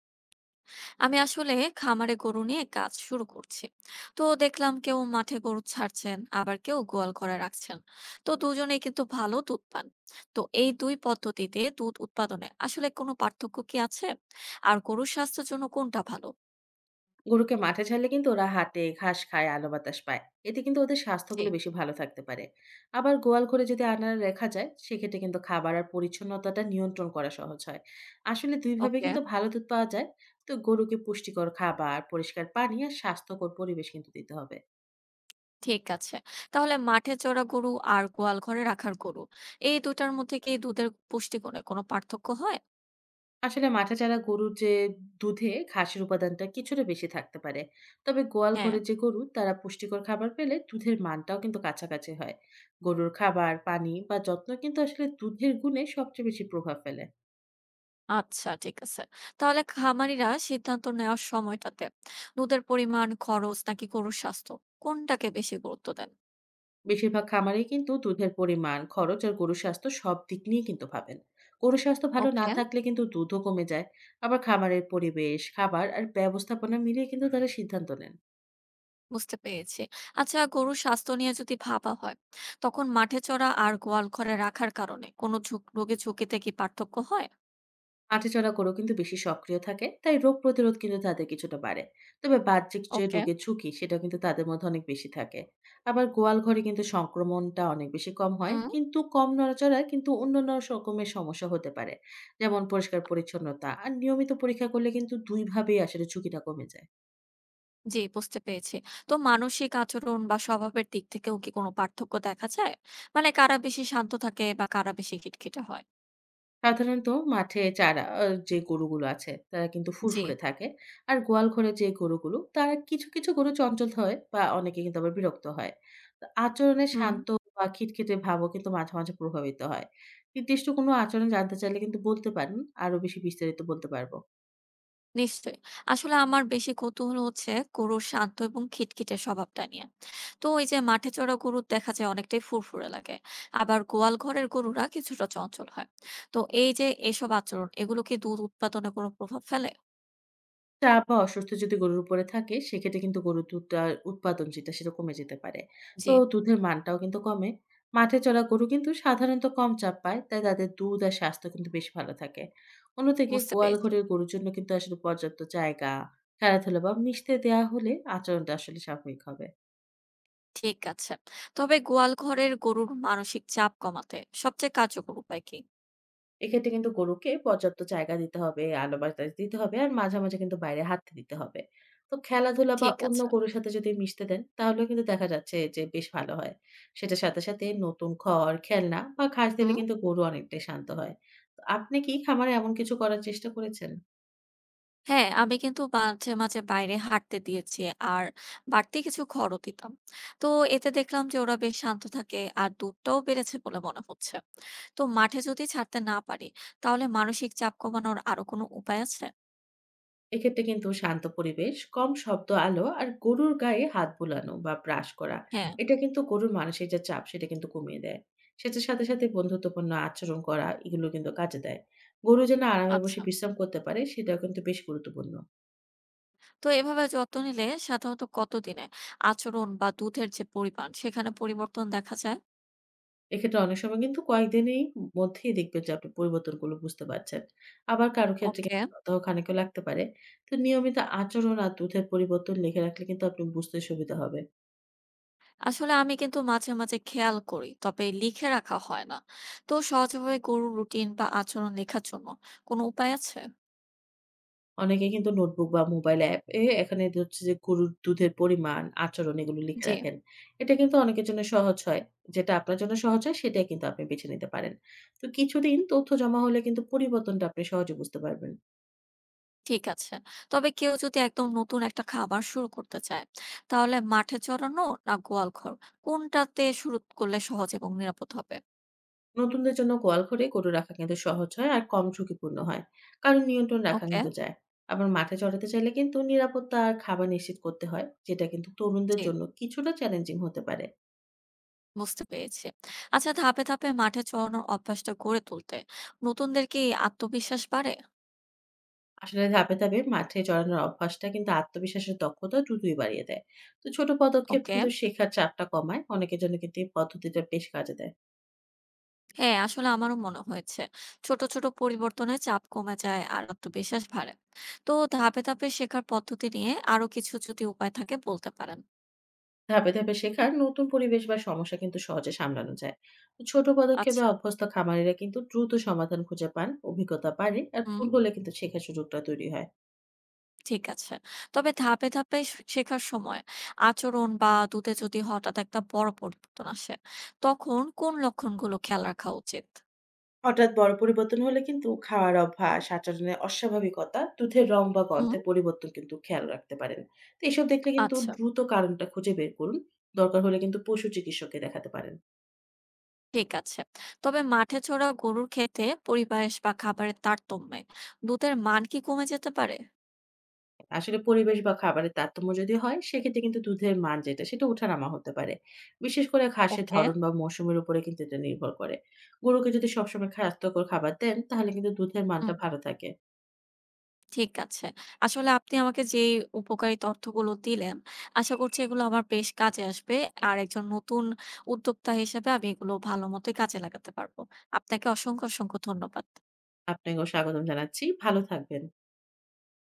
আমি আসলে খামারে গরু নিয়ে কাজ শুরু করছি। তো দেখলাম কেউ মাঠে গরু ছাড়ছেন আবার কেউ গোয়াল ঘরে রাখছেন। তো দুজনেই কিন্তু ভালো দুধ পান। তো এই দুই পদ্ধতিতে দুধ উৎপাদনে আসলে কোনো পার্থক্য কি আছে, আর গরুর স্বাস্থ্যের জন্য কোনটা ভালো? গরুকে মাঠে ছাড়লে কিন্তু ওরা হাঁটে, ঘাস খায়, আলো বাতাস পায়। এতে কিন্তু ওদের জি। স্বাস্থ্যগুলো বেশি ভালো থাকতে পারে। আবার গোয়াল ঘরে যদি আনার রেখা যায় সেক্ষেত্রে কিন্তু খাবার আর পরিচ্ছন্নতাটা নিয়ন্ত্রণ করা সহজ হয়। আসলে দুইভাবে ওকে। কিন্তু ভালো দুধ পাওয়া যায়। তো গরুকে পুষ্টিকর খাবার, পরিষ্কার পানি আর স্বাস্থ্যকর পরিবেশ কিন্তু দিতে হবে। ঠিক আছে। তাহলে মাঠে চড়া গরু আর গোয়াল ঘরে রাখার গরু, এই দুটার মধ্যে কি দুধের পুষ্টিগুণে কোনো পার্থক্য হয়? আসলে মাঠে যারা গরুর যে দুধে ঘাসের উপাদানটা কিছুটা বেশি থাকতে পারে। তবে গোয়াল হ্যাঁ। ঘরে যে গরু, তারা পুষ্টিকর খাবার পেলে দুধের মানটাও কিন্তু কাছাকাছি হয়। গরুর খাবার, পানি বা যত্ন কিন্তু আসলে দুধের গুণে সবচেয়ে বেশি প্রভাব ফেলে। আচ্ছা, ঠিক আছে। তাহলে খামারিরা সিদ্ধান্ত নেওয়ার সময়টাতে দুধের পরিমাণ, খরচ নাকি গরুর স্বাস্থ্য, কোনটাকে বেশি গুরুত্ব দেন? বেশিরভাগ খামারেই কিন্তু দুধের পরিমাণ, খরচ আর গরুর স্বাস্থ্য সব দিক নিয়ে কিন্তু ভাবেন। গরুর স্বাস্থ্য ভালো না ওকে, থাকলে কিন্তু দুধও কমে যায়। আবার খামারের পরিবেশ, খাবার আর ব্যবস্থাপনা মিলিয়ে কিন্তু তারা সিদ্ধান্ত নেন। বুঝতে পেরেছি। আচ্ছা, গরুর স্বাস্থ্য নিয়ে যদি ভাবা হয়, তখন মাঠে চড়া আর গোয়াল ঘরে রাখার কারণে কোনো রোগের ঝুঁকিতে কি পার্থক্য হয়? হাঁটাচলা করেও কিন্তু বেশি সক্রিয় থাকে, তাই রোগ প্রতিরোধ কিন্তু তাদের কিছুটা বাড়ে। তবে বাহ্যিক যে ওকে। রোগের ঝুঁকি, সেটা কিন্তু তাদের মধ্যে অনেক বেশি থাকে। আবার গোয়াল ঘরে কিন্তু সংক্রমণটা অনেক বেশি কম হয়, হুম। কিন্তু কম নড়াচড়ায় কিন্তু অন্যান্য রকমের সমস্যা হতে পারে। যেমন পরিষ্কার পরিচ্ছন্নতা আর নিয়মিত পরীক্ষা করলে কিন্তু দুইভাবেই আসলে ঝুঁকিটা কমে যায়। জি, বুঝতে পেরেছি। তো মানসিক আচরণ বা স্বভাবের দিক থেকেও কি কোনো পার্থক্য দেখা যায়? মানে কারা বেশি শান্ত থাকে বা কারা বেশি খিটখিটে হয়? সাধারণত মাঠে চারা আ যে গরুগুলো আছে তারা কিন্তু জি। ফুরফুরে থাকে। আর গোয়াল ঘরে যে গরুগুলো, তারা কিছু গরু চঞ্চল হয় বা অনেকে কিন্তু আবার বিরক্ত হয়। তো আচরণে হুম। শান্ত বা খিটখিটে ভাবও কিন্তু মাঝে মাঝে প্রভাবিত হয়। নির্দিষ্ট কোনো আচরণ জানতে চাইলে কিন্তু বলতে পারেন। আরো বেশি বিস্তারিত বলতে পারব। নিশ্চয়ই। আসলে আমার বেশি কৌতূহল হচ্ছে গরুর শান্ত এবং খিটখিটে স্বভাবটা নিয়ে। তো এই যে মাঠে চড়া গরু দেখা যায়, অনেকটাই ফুরফুরে লাগে। আবার গোয়াল ঘরের গরুরা কিছুটা চঞ্চল হয়। তো এই যে এসব আচরণ, এগুলো কি দুধ উৎপাদনে কোনো প্রভাব ফেলে? চাপ বা অস্বস্থ যদি গরুর উপরে থাকে সেক্ষেত্রে কিন্তু গরুর দুধটার উৎপাদন যেটা সেটা কমে যেতে পারে। তো জি, দুধের মানটাও কিন্তু কমে। মাঠে চড়া গরু কিন্তু সাধারণত কম চাপ পায়, তাই তাদের দুধ আর স্বাস্থ্য কিন্তু বেশ ভালো থাকে। অন্যদিকে বুঝতে গোয়াল পেরেছি। ঘরের গরুর জন্য কিন্তু আসলে পর্যাপ্ত জায়গা, খেলাধুলা বা মিশতে দেওয়া হলে আচরণটা আসলে স্বাভাবিক হবে। ঠিক আছে। তবে গোয়াল ঘরের গরুর মানসিক চাপ কমাতে সবচেয়ে কার্যকর উপায় কি? এক্ষেত্রে কিন্তু গরুকে পর্যাপ্ত জায়গা দিতে হবে, আলো বাতাস দিতে হবে আর মাঝে মাঝে কিন্তু বাইরে হাঁটতে দিতে হবে। তো খেলাধুলা বা ঠিক অন্য আছে। গরুর সাথে যদি মিশতে দেন তাহলেও কিন্তু দেখা যাচ্ছে যে বেশ ভালো হয়। সেটার সাথে সাথে নতুন খড়, খেলনা বা ঘাস দিলে হুম। কিন্তু গরু অনেকটাই শান্ত হয়। তো আপনি কি খামারে এমন কিছু করার চেষ্টা করেছেন? হ্যাঁ, আমি কিন্তু মাঝে মাঝে বাইরে হাঁটতে দিয়েছি। আর বাড়তি কিছু খড়ও দিতাম। তো এতে দেখলাম যে ওরা বেশ শান্ত থাকে আর দুধটাও বেড়েছে বলে মনে হচ্ছে। তো মাঠে যদি ছাড়তে না পারি, তাহলে মানসিক চাপ কমানোর আরো কোনো উপায় আছে? এক্ষেত্রে কিন্তু শান্ত পরিবেশ, কম শব্দ, আলো আর গরুর গায়ে হাত বুলানো বা ব্রাশ করা, হ্যাঁ। এটা কিন্তু গরুর মানসিক যে চাপ সেটা কিন্তু কমিয়ে দেয়। সেটার সাথে সাথে বন্ধুত্বপূর্ণ আচরণ করা, এগুলো কিন্তু কাজে দেয়। গরু যেন আরামে বসে আচ্ছা। বিশ্রাম করতে পারে সেটাও কিন্তু বেশ গুরুত্বপূর্ণ। তো এভাবে যত্ন নিলে সাধারণত কতদিনে আচরণ বা দুধের যে পরিমাণ, সেখানে পরিবর্তন দেখা যায়? এক্ষেত্রে অনেক সময় কিন্তু কয়েকদিনেই মধ্যেই দেখবেন যে আপনি পরিবর্তনগুলো বুঝতে পারছেন। আবার কারো ক্ষেত্রে ওকে। কিন্তু সপ্তাহ খানেকও লাগতে পারে। তো নিয়মিত আচরণ আর দুধের পরিবর্তন লিখে রাখলে কিন্তু আপনি বুঝতে সুবিধা হবে। আসলে আমি কিন্তু মাঝে মাঝে খেয়াল করি, তবে লিখে রাখা হয় না। তো সহজভাবে গরুর রুটিন বা আচরণ লেখার জন্য কোনো উপায় আছে? অনেকে কিন্তু নোটবুক বা মোবাইল অ্যাপ এ এখানে হচ্ছে যে গরুর দুধের পরিমাণ, আচরণ এগুলো লিখে জি। রাখেন। এটা কিন্তু অনেকের জন্য সহজ হয়। যেটা আপনার জন্য সহজ হয় সেটাই কিন্তু আপনি বেছে নিতে পারেন। তো কিছুদিন তথ্য জমা হলে কিন্তু পরিবর্তনটা আপনি সহজে বুঝতে পারবেন। ঠিক আছে। তবে কেউ যদি একদম নতুন একটা খাবার শুরু করতে চায়, তাহলে মাঠে চড়ানো না গোয়াল ঘর, কোনটাতে শুরু করলে সহজ এবং নিরাপদ হবে? নতুনদের জন্য গোয়াল ঘরে গরু রাখা কিন্তু সহজ হয় আর কম ঝুঁকিপূর্ণ হয়। কারণ নিয়ন্ত্রণ রাখা ওকে। কিন্তু যায়। আবার মাঠে চড়াতে চাইলে কিন্তু নিরাপত্তা আর খাবার নিশ্চিত করতে হয়, যেটা কিন্তু তরুণদের জি, জন্য কিছুটা চ্যালেঞ্জিং হতে পারে। বুঝতে পেরেছি। আচ্ছা, ধাপে ধাপে মাঠে চড়ানোর অভ্যাসটা গড়ে তুলতে নতুনদের কি আত্মবিশ্বাস বাড়ে? আসলে ধাপে ধাপে মাঠে চড়ানোর অভ্যাসটা কিন্তু আত্মবিশ্বাসের দক্ষতা দ্রুতই বাড়িয়ে দেয়। তো ছোট পদক্ষেপ ওকে। কিন্তু শেখার চাপটা কমায়, অনেকের জন্য কিন্তু এই পদ্ধতিটা বেশ কাজে দেয়। হ্যাঁ, আসলে আমারও মনে হয়েছে। ছোট ছোট পরিবর্তনে চাপ কমে যায় আর আত্মবিশ্বাস বাড়ে। তো ধাপে ধাপে শেখার পদ্ধতি নিয়ে আরো কিছু যদি উপায় থাকে বলতে পারেন। ধাপে ধাপে শেখার নতুন পরিবেশ বা সমস্যা কিন্তু সহজে সামলানো যায়। তো ছোট পদক্ষেপে আচ্ছা। অভ্যস্ত খামারিরা কিন্তু দ্রুত সমাধান খুঁজে পান, অভিজ্ঞতা বাড়ে আর হুম। ভুল হলে কিন্তু শেখার সুযোগটা তৈরি হয়। ঠিক আছে। তবে ধাপে ধাপে শেখার সময় আচরণ বা দুধে যদি হঠাৎ একটা বড় পরিবর্তন আসে, তখন কোন লক্ষণগুলো খেয়াল রাখা উচিত? হঠাৎ বড় পরিবর্তন হলে কিন্তু খাওয়ার অভ্যাস, আচরণের অস্বাভাবিকতা, দুধের রং বা হুম। গন্ধে পরিবর্তন কিন্তু খেয়াল রাখতে পারেন। তো এসব দেখলে কিন্তু আচ্ছা। দ্রুত কারণটা খুঁজে বের করুন। দরকার হলে কিন্তু পশু চিকিৎসককে দেখাতে পারেন। ঠিক আছে। তবে মাঠে চড়া গরুর ক্ষেতে পরিবেশ বা খাবারের তারতম্যে দুধের মান কি কমে যেতে পারে? আসলে পরিবেশ বা খাবারের তারতম্য যদি হয়, সেক্ষেত্রে কিন্তু দুধের মান যেটা, সেটা ওঠানামা হতে পারে। বিশেষ করে ঘাসের ওকে। ধরন বা মৌসুমের উপরে কিন্তু এটা নির্ভর করে। গরুকে যদি সবসময় স্বাস্থ্যকর খাবার দেন, তাহলে কিন্তু দুধের মানটা হুম। ভালো থাকে। ঠিক আছে। আসলে আপনি আমাকে যে উপকারী তথ্যগুলো দিলেন, আশা করছি এগুলো আমার বেশ কাজে আসবে। আর একজন নতুন উদ্যোক্তা হিসেবে আমি এগুলো ভালো মতোই কাজে লাগাতে পারবো। আপনাকে অসংখ্য অসংখ্য ধন্যবাদ। আপনাকেও স্বাগতম জানাচ্ছি। ভালো থাকবেন।